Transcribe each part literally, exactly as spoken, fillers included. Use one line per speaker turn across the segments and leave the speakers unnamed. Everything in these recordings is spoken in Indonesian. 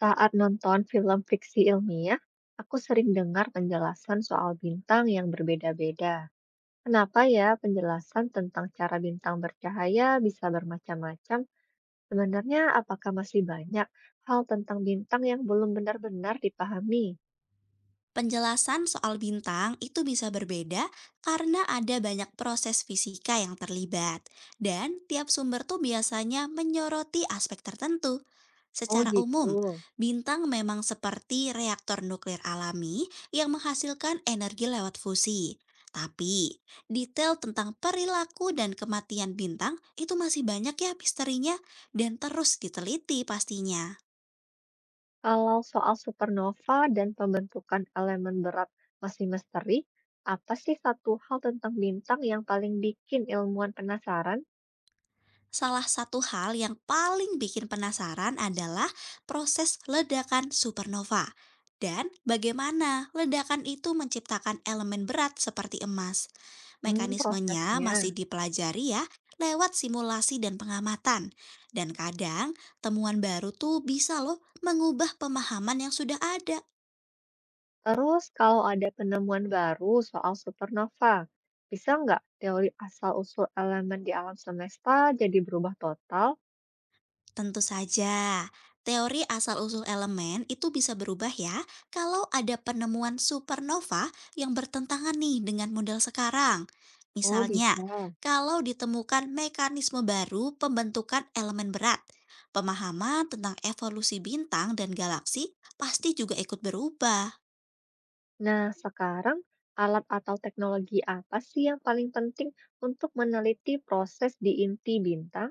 Saat nonton film fiksi ilmiah, aku sering dengar penjelasan soal bintang yang berbeda-beda. Kenapa ya penjelasan tentang cara bintang bercahaya bisa bermacam-macam? Sebenarnya apakah masih banyak hal tentang bintang yang belum benar-benar dipahami?
Penjelasan soal bintang itu bisa berbeda karena ada banyak proses fisika yang terlibat, dan tiap sumber tuh biasanya menyoroti aspek tertentu.
Oh
Secara
gitu.
umum, bintang memang seperti reaktor nuklir alami yang menghasilkan energi lewat fusi. Tapi, detail tentang perilaku dan kematian bintang itu masih banyak ya misterinya dan terus diteliti pastinya.
Kalau soal supernova dan pembentukan elemen berat masih misteri, apa sih satu hal tentang bintang yang paling bikin ilmuwan penasaran?
Salah satu hal yang paling bikin penasaran adalah proses ledakan supernova dan bagaimana ledakan itu menciptakan elemen berat seperti emas.
Hmm,
Mekanismenya masih
prosesnya.
dipelajari ya lewat simulasi dan pengamatan. Dan kadang temuan baru tuh bisa loh mengubah pemahaman yang sudah ada.
Terus kalau ada penemuan baru soal supernova, bisa nggak teori asal-usul elemen di alam semesta jadi berubah total?
Tentu saja, teori asal-usul elemen itu bisa berubah ya kalau ada penemuan supernova yang bertentangan nih dengan model sekarang.
Oh,
Misalnya,
bisa.
kalau ditemukan mekanisme baru pembentukan elemen berat, pemahaman tentang evolusi bintang dan galaksi pasti juga ikut berubah.
Nah, sekarang alat atau teknologi apa sih yang paling penting untuk meneliti proses di inti bintang?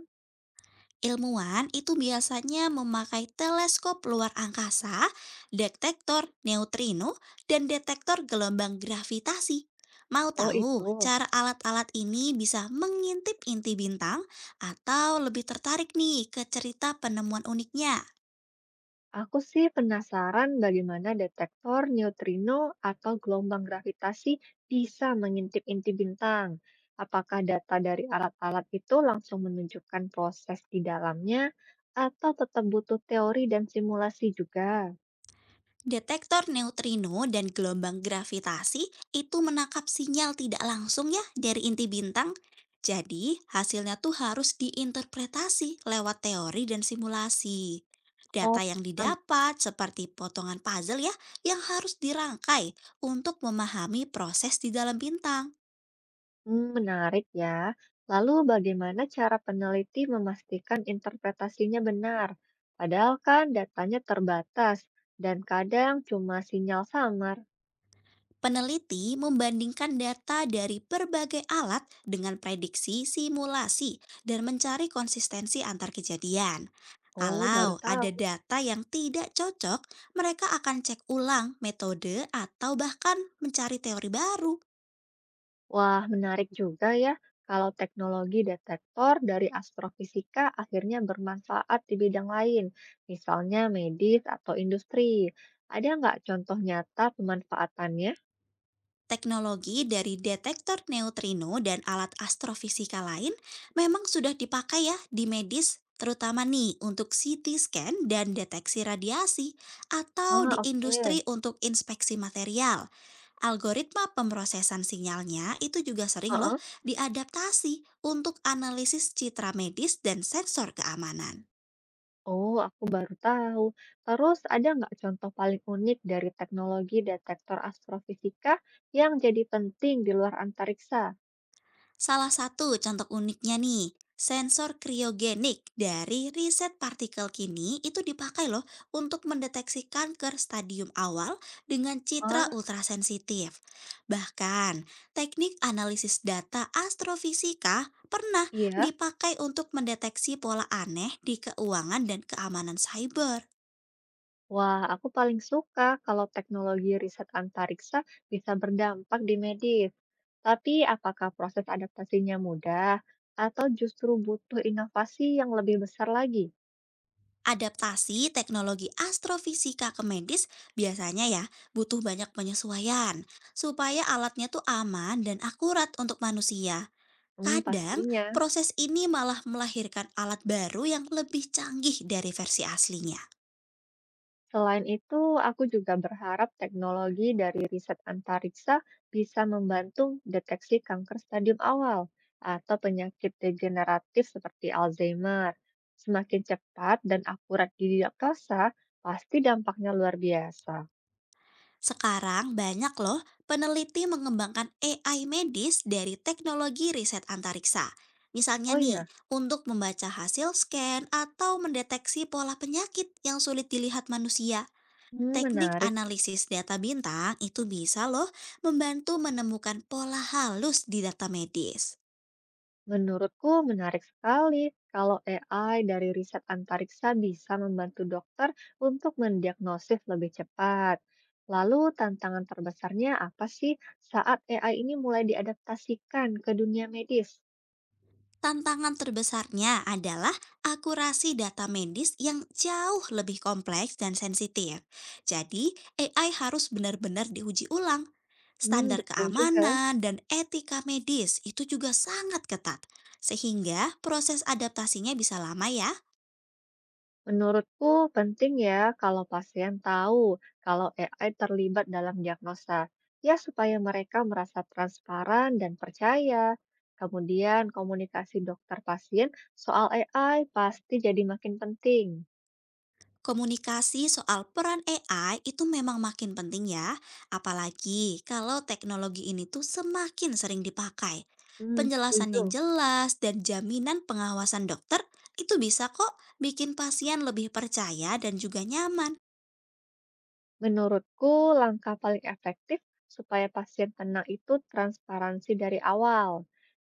Ilmuwan itu biasanya memakai teleskop luar angkasa, detektor neutrino, dan detektor gelombang gravitasi. Mau
Oh,
tahu
itu.
cara alat-alat ini bisa mengintip inti bintang atau lebih tertarik nih ke cerita penemuan uniknya?
Aku sih penasaran bagaimana detektor neutrino atau gelombang gravitasi bisa mengintip inti bintang. Apakah data dari alat-alat itu langsung menunjukkan proses di dalamnya, atau tetap butuh teori dan simulasi juga?
Detektor neutrino dan gelombang gravitasi itu menangkap sinyal tidak langsung ya dari inti bintang. Jadi, hasilnya tuh harus diinterpretasi lewat teori dan simulasi.
Oh,
Data yang
am-
didapat seperti potongan puzzle ya yang harus dirangkai untuk memahami proses di dalam bintang.
hmm, menarik ya. Lalu bagaimana cara peneliti memastikan interpretasinya benar? Padahal kan datanya terbatas dan kadang cuma sinyal samar.
Peneliti membandingkan data dari berbagai alat dengan prediksi simulasi dan mencari konsistensi antar kejadian.
Oh, baru
Kalau ada
tahu.
data yang tidak cocok, mereka akan cek ulang metode atau bahkan mencari teori baru.
Wah, menarik juga ya kalau teknologi detektor dari astrofisika akhirnya bermanfaat di bidang lain, misalnya medis atau industri. Ada nggak contoh nyata pemanfaatannya?
Teknologi dari detektor neutrino dan alat astrofisika lain memang sudah dipakai ya di medis, terutama nih untuk C T scan dan deteksi radiasi, atau
Ah,
di industri
oke.
untuk inspeksi material. Algoritma pemrosesan sinyalnya itu juga sering loh
Heeh.
diadaptasi untuk analisis citra medis dan sensor keamanan.
Oh, aku baru tahu. Terus ada nggak contoh paling unik dari teknologi detektor astrofisika yang jadi penting di luar antariksa?
Salah satu contoh uniknya nih, sensor kriogenik dari riset partikel kini itu dipakai loh untuk mendeteksi kanker stadium awal dengan
Ah,
citra ultrasensitif. Bahkan, teknik analisis data astrofisika pernah
iya.
dipakai untuk mendeteksi pola aneh di keuangan dan keamanan cyber.
Wah, aku paling suka kalau teknologi riset antariksa bisa berdampak di medis. Tapi apakah proses adaptasinya mudah atau justru butuh inovasi yang lebih besar lagi?
Adaptasi teknologi astrofisika ke medis biasanya ya butuh banyak penyesuaian supaya alatnya tuh aman dan akurat untuk manusia.
Hmm,
Kadang
pastinya.
proses ini malah melahirkan alat baru yang lebih canggih dari versi aslinya.
Selain itu, aku juga berharap teknologi dari riset antariksa bisa membantu deteksi kanker stadium awal atau penyakit degeneratif seperti Alzheimer. Semakin cepat dan akurat didiagnosa, pasti dampaknya luar biasa.
Sekarang banyak loh peneliti mengembangkan A I medis dari teknologi riset antariksa. Misalnya
Oh
nih,
ya,
untuk membaca hasil scan atau mendeteksi pola penyakit yang sulit dilihat manusia.
hmm,
Teknik
menarik.
analisis data bintang itu bisa loh membantu menemukan pola halus di data medis.
Menurutku menarik sekali kalau A I dari riset antariksa bisa membantu dokter untuk mendiagnosis lebih cepat. Lalu tantangan terbesarnya apa sih saat A I ini mulai diadaptasikan ke dunia medis?
Tantangan terbesarnya adalah akurasi data medis yang jauh lebih kompleks dan sensitif. Jadi, A I harus benar-benar diuji ulang.
Hmm,
Standar
betul juga.
keamanan dan etika medis itu juga sangat ketat, sehingga proses adaptasinya bisa lama ya.
Menurutku penting ya kalau pasien tahu kalau A I terlibat dalam diagnosa, ya supaya mereka merasa transparan dan percaya. Kemudian komunikasi dokter pasien soal A I pasti jadi makin penting.
Komunikasi soal peran A I itu memang makin penting ya, apalagi kalau teknologi ini tuh semakin sering dipakai.
Hmm,
Penjelasan yang
setuju.
jelas dan jaminan pengawasan dokter itu bisa kok bikin pasien lebih percaya dan juga nyaman.
Menurutku langkah paling efektif supaya pasien tenang itu transparansi dari awal.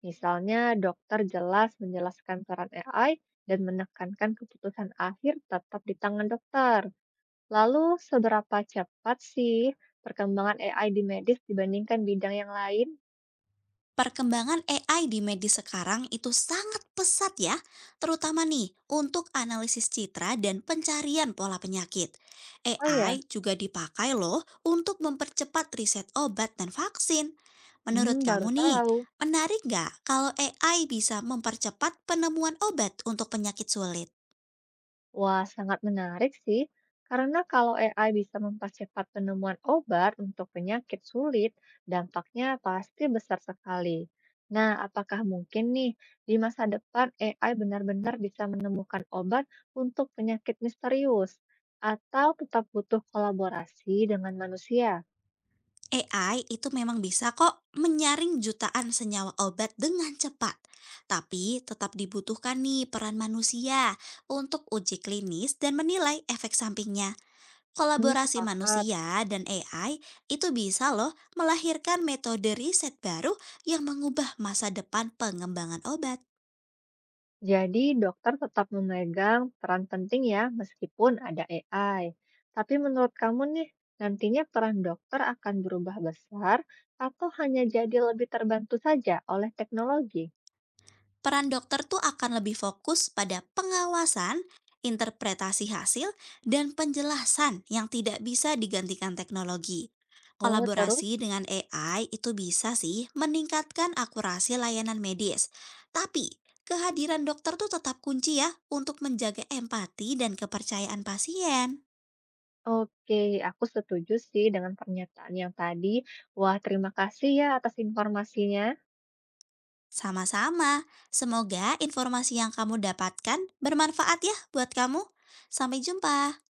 Misalnya dokter jelas menjelaskan peran A I dan menekankan keputusan akhir tetap di tangan dokter. Lalu, seberapa cepat sih perkembangan A I di medis dibandingkan bidang yang lain?
Perkembangan A I di medis sekarang itu sangat pesat ya, terutama nih untuk analisis citra dan pencarian pola penyakit.
Oh ya,
A I juga dipakai loh untuk mempercepat riset obat dan vaksin.
hmm,
Menurut
baru
kamu nih,
tahu.
menarik nggak kalau A I bisa mempercepat penemuan obat untuk penyakit sulit?
Wah, sangat menarik sih. Karena kalau A I bisa mempercepat penemuan obat untuk penyakit sulit, dampaknya pasti besar sekali. Nah, apakah mungkin nih di masa depan A I benar-benar bisa menemukan obat untuk penyakit misterius? Atau tetap butuh kolaborasi dengan manusia?
A I itu memang bisa kok menyaring jutaan senyawa obat dengan cepat, tapi tetap dibutuhkan nih peran manusia untuk uji klinis dan menilai efek sampingnya.
Hmm,
Kolaborasi
sepakat.
manusia dan A I itu bisa loh melahirkan metode riset baru yang mengubah masa depan pengembangan obat.
Jadi, dokter tetap memegang peran penting ya, meskipun ada A I. Tapi menurut kamu nih, nantinya peran dokter akan berubah besar atau hanya jadi lebih terbantu saja oleh teknologi?
Peran dokter tuh akan lebih fokus pada pengawasan, interpretasi hasil, dan penjelasan yang tidak bisa digantikan teknologi.
Oh, terus?
Kolaborasi dengan A I itu bisa sih meningkatkan akurasi layanan medis. Tapi, kehadiran dokter tuh tetap kunci ya untuk menjaga empati dan kepercayaan pasien.
Oke, aku setuju sih dengan pernyataan yang tadi. Wah, terima kasih ya atas informasinya.
Sama-sama, semoga informasi yang kamu dapatkan bermanfaat ya buat kamu. Sampai jumpa.